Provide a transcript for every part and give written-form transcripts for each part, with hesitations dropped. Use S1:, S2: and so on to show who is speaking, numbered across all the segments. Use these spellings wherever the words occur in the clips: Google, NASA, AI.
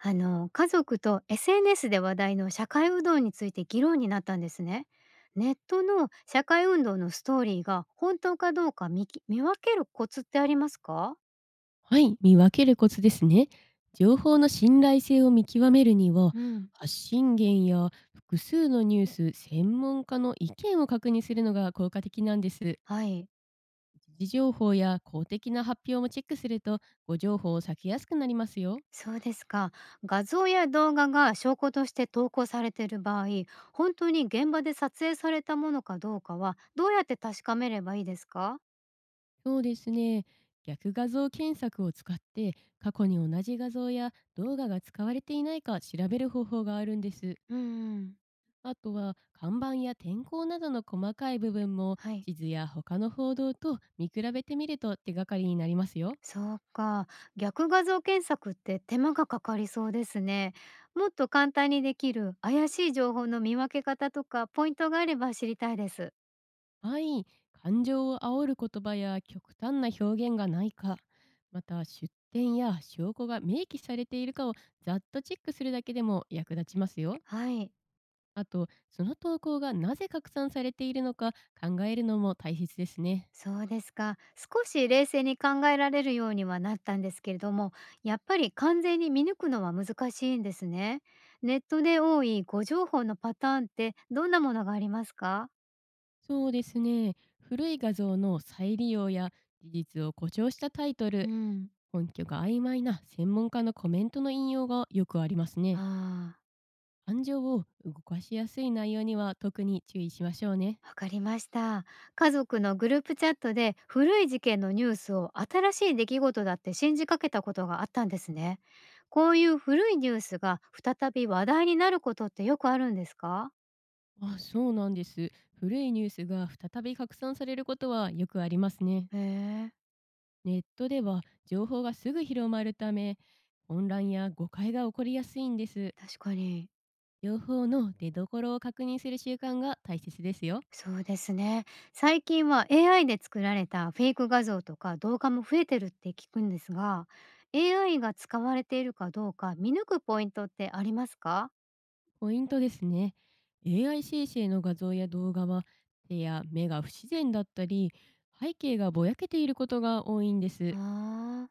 S1: あの家族と SNS で話題の社会運動について議論になったんですね。ネットの社会運動のストーリーが本当かどうか見分けるコツってありますか？
S2: はい、見分けるコツですね。情報の信頼性を見極めるには、
S1: うん、
S2: 発信源や複数のニュース、専門家の意見を確認するのが効果的なんです。
S1: はい、
S2: 時事情報や公的な発表もチェックすると、ご情報を避けやすくなりますよ。
S1: そうですか。画像や動画が証拠として投稿されている場合、本当に現場で撮影されたものかどうかはどうやって確かめればいいですか？
S2: そうですね。逆画像検索を使って、過去に同じ画像や動画が使われていないか調べる方法があるんです。
S1: うんうん、
S2: あとは看板や天候などの細かい部分も
S1: はい。
S2: 地図や他の報道と見比べてみると手がかりになりますよ。
S1: そうか。逆画像検索って手間がかかりそうですね。もっと簡単にできる怪しい情報の見分け方とかポイントがあれば知りたいです。
S2: はい、感情を煽る言葉や極端な表現がないか、また出典や証拠が明記されているかをざっとチェックするだけでも役立ちますよ。
S1: はい。
S2: あと、その投稿がなぜ拡散されているのか考えるのも大切ですね。
S1: そうですか。少し冷静に考えられるようにはなったんですけれども、やっぱり完全に見抜くのは難しいんですね。ネットで多い誤情報のパターンってどんなものがありますか？
S2: そうですね。古い画像の再利用や事実を誇張したタイト
S1: う
S2: ル、
S1: ん、
S2: 根拠が曖昧な専門家のコメントの引用がよくありますね。
S1: ああ、
S2: 感情を動かしやすい内容には特に注意しましょうね。
S1: わかりました。家族のグループチャットで古い事件のニュースを新しい出来事だって信じかけたことがあったんですね。こういう古いニュースが再び話題になることってよくあるんですか？
S2: あ、そうなんです。古いニュースが再び拡散されることはよくありますね。
S1: へえ、
S2: ネットでは情報がすぐ広まるため、混乱や誤解が起こりやすいんです。
S1: 確かに。
S2: 情報の出どころを確認する習慣が大切ですよ。
S1: そうですね。最近は AI で作られたフェイク画像とか動画も増えてるって聞くんですが、AI が使われているかどうか見抜くポイントってありますか？
S2: ポイントですね。AI 生成の画像や動画は、手や目が不自然だったり、背景がぼやけていることが多いんで
S1: あ
S2: す。
S1: あー、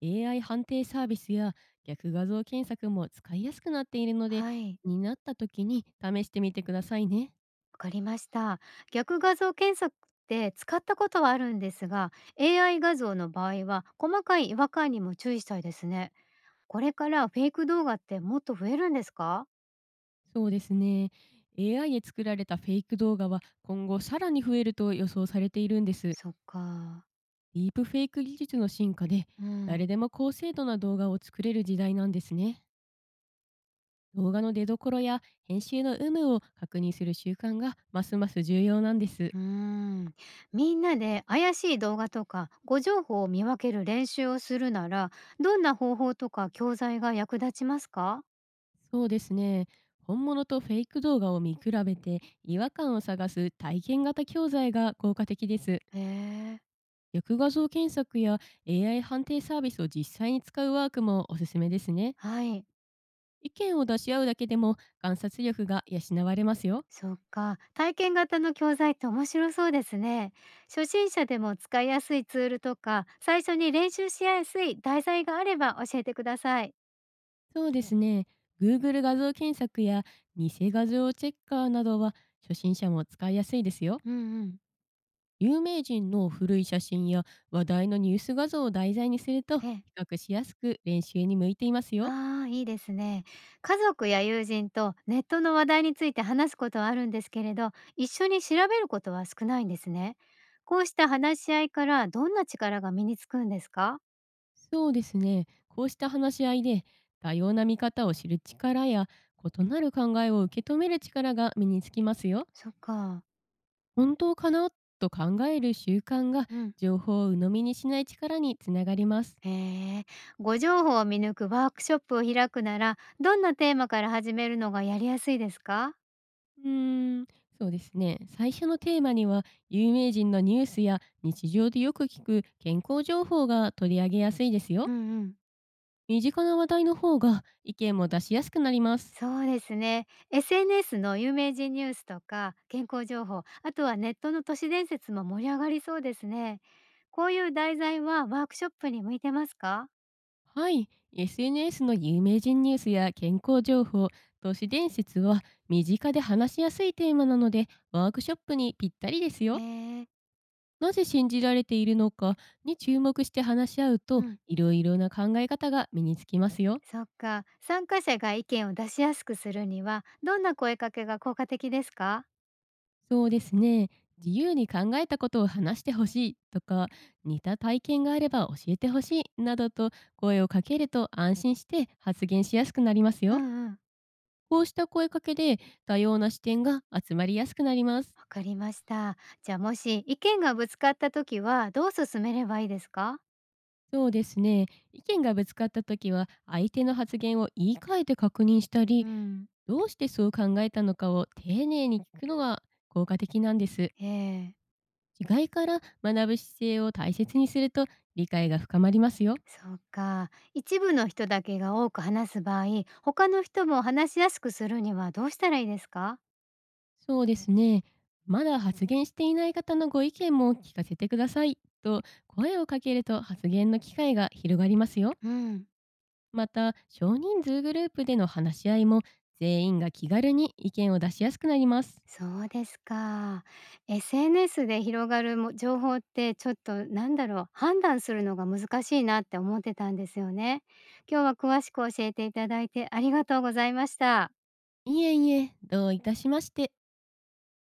S2: AI 判定サービスや逆画像検索も使いやすくなっているので、
S1: はい。
S2: 気になった時に試してみてくださいね。
S1: わかりました。逆画像検索って使ったことはあるんですが、AI 画像の場合は細かい違和感にも注意したいですね。これからフェイク動画ってもっと増えるんですか？
S2: そうですね。AI で作られたフェイク動画は今後さらに増えると予想されているんです。
S1: そっか。
S2: ディープフェイク技術の進化で、
S1: うん。
S2: 誰でも高精度な動画を作れる時代なんですね。動画の出どころや編集の有無を確認する習慣がますます重要なんです。
S1: うーん。みんなで怪しい動画とか誤情報を見分ける練習をするなら、どんな方法とか教材が役立ちますか？
S2: そうですね。本物とフェイク動画を見比べて違和感を探す体験型教材が効果的です。
S1: へえ。
S2: 逆画像検索や AI 判定サービスを実際に使うワークもおすすめですね。
S1: はい。
S2: 意見を出し合うだけでも観察力が養われますよ。
S1: そっか。体験型の教材って面白そうですね。初心者でも使いやすいツールとか、最初に練習しやすい題材があれば教えてください。
S2: そうですね。Google 画像検索や偽画像チェッカーなどは初心者も使いやすいですよ。
S1: うんうん。
S2: 有名人の古い写真や話題のニュース画像を題材にすると比
S1: ええ。
S2: 較しやすく、練習に向いていますよ。
S1: ああ、いいですね。家族や友人とネットの話題について話すことはあるんですけれど、一緒に調べることは少ないんですね。こうした話し合いからどんな力が身につくんですか？
S2: そうですね。こうした話し合いで、多様な見方を知る力や異なる考えを受け止める力が身につきますよ。
S1: そっか。
S2: 本当かなと考える習慣が、
S1: うん。
S2: 情報を鵜呑みにしない力につながります。
S1: へえ、ご情報を見抜くワークショップを開くなら、どんなテーマから始めるのがやりやすいですか？
S2: うーん、そうですね。最初のテーマには、有名人のニュースや日常でよく聞く健康情報が取り上げやすいですよ。
S1: うんうん。
S2: 身近な話題の方が意見も出しやすくなります。
S1: そうですね。SNS の有名人ニュースとか健康情報、あとはネットの都市伝説も盛り上がりそうですね。こういう題材はワークショップに向いてますか？
S2: はい、SNS の有名人ニュースや健康情報、都市伝説は身近で話しやすいテーマなので、ワークショップにぴったりですよ。
S1: えー、
S2: なぜ信じられているのかに注目して話し合うと、
S1: うん。
S2: いろいろな考え方が身につきますよ。
S1: そっか。参加者が意見を出しやすくするには、どんな声かけが効果的ですか？
S2: そうですね。自由に考えたことを話してほしいとか、似た体験があれば教えてほしいなどと声をかけると、安心して発言しやすくなります
S1: う
S2: よ。
S1: ん。
S2: こうした声かけで、多様な視点が集まりやすくなります。
S1: わかりました。じゃあもし意見がぶつかった時はどう進めればいいですか？
S2: そうですね。意見がぶつかった時は、相手の発言を言い換えて確認した
S1: う
S2: り、
S1: ん、
S2: どうしてそう考えたのかを丁寧に聞くのが効果的なんです。
S1: ええ、
S2: 違いから学ぶ姿勢を大切にすると、理解が深まりますよ。
S1: そうか。一部の人だけが多く話す場合、他の人も話しやすくするにはどうしたらいいですか？
S2: そうですね。まだ発言していない方のご意見も聞かせてくださいと声をかけると、発言の機会が広がりますよ。
S1: うん、
S2: また、少人数グループでの話し合いも、全員が気軽に意見を出しやすくなります。
S1: そうですか。SNS で広がるも情報ってちょっとなんだろう、判断するのが難しいなって思ってたんですよね。今日は詳しく教えていただいてありがとうございました。
S2: いえいえ、どういたしまして。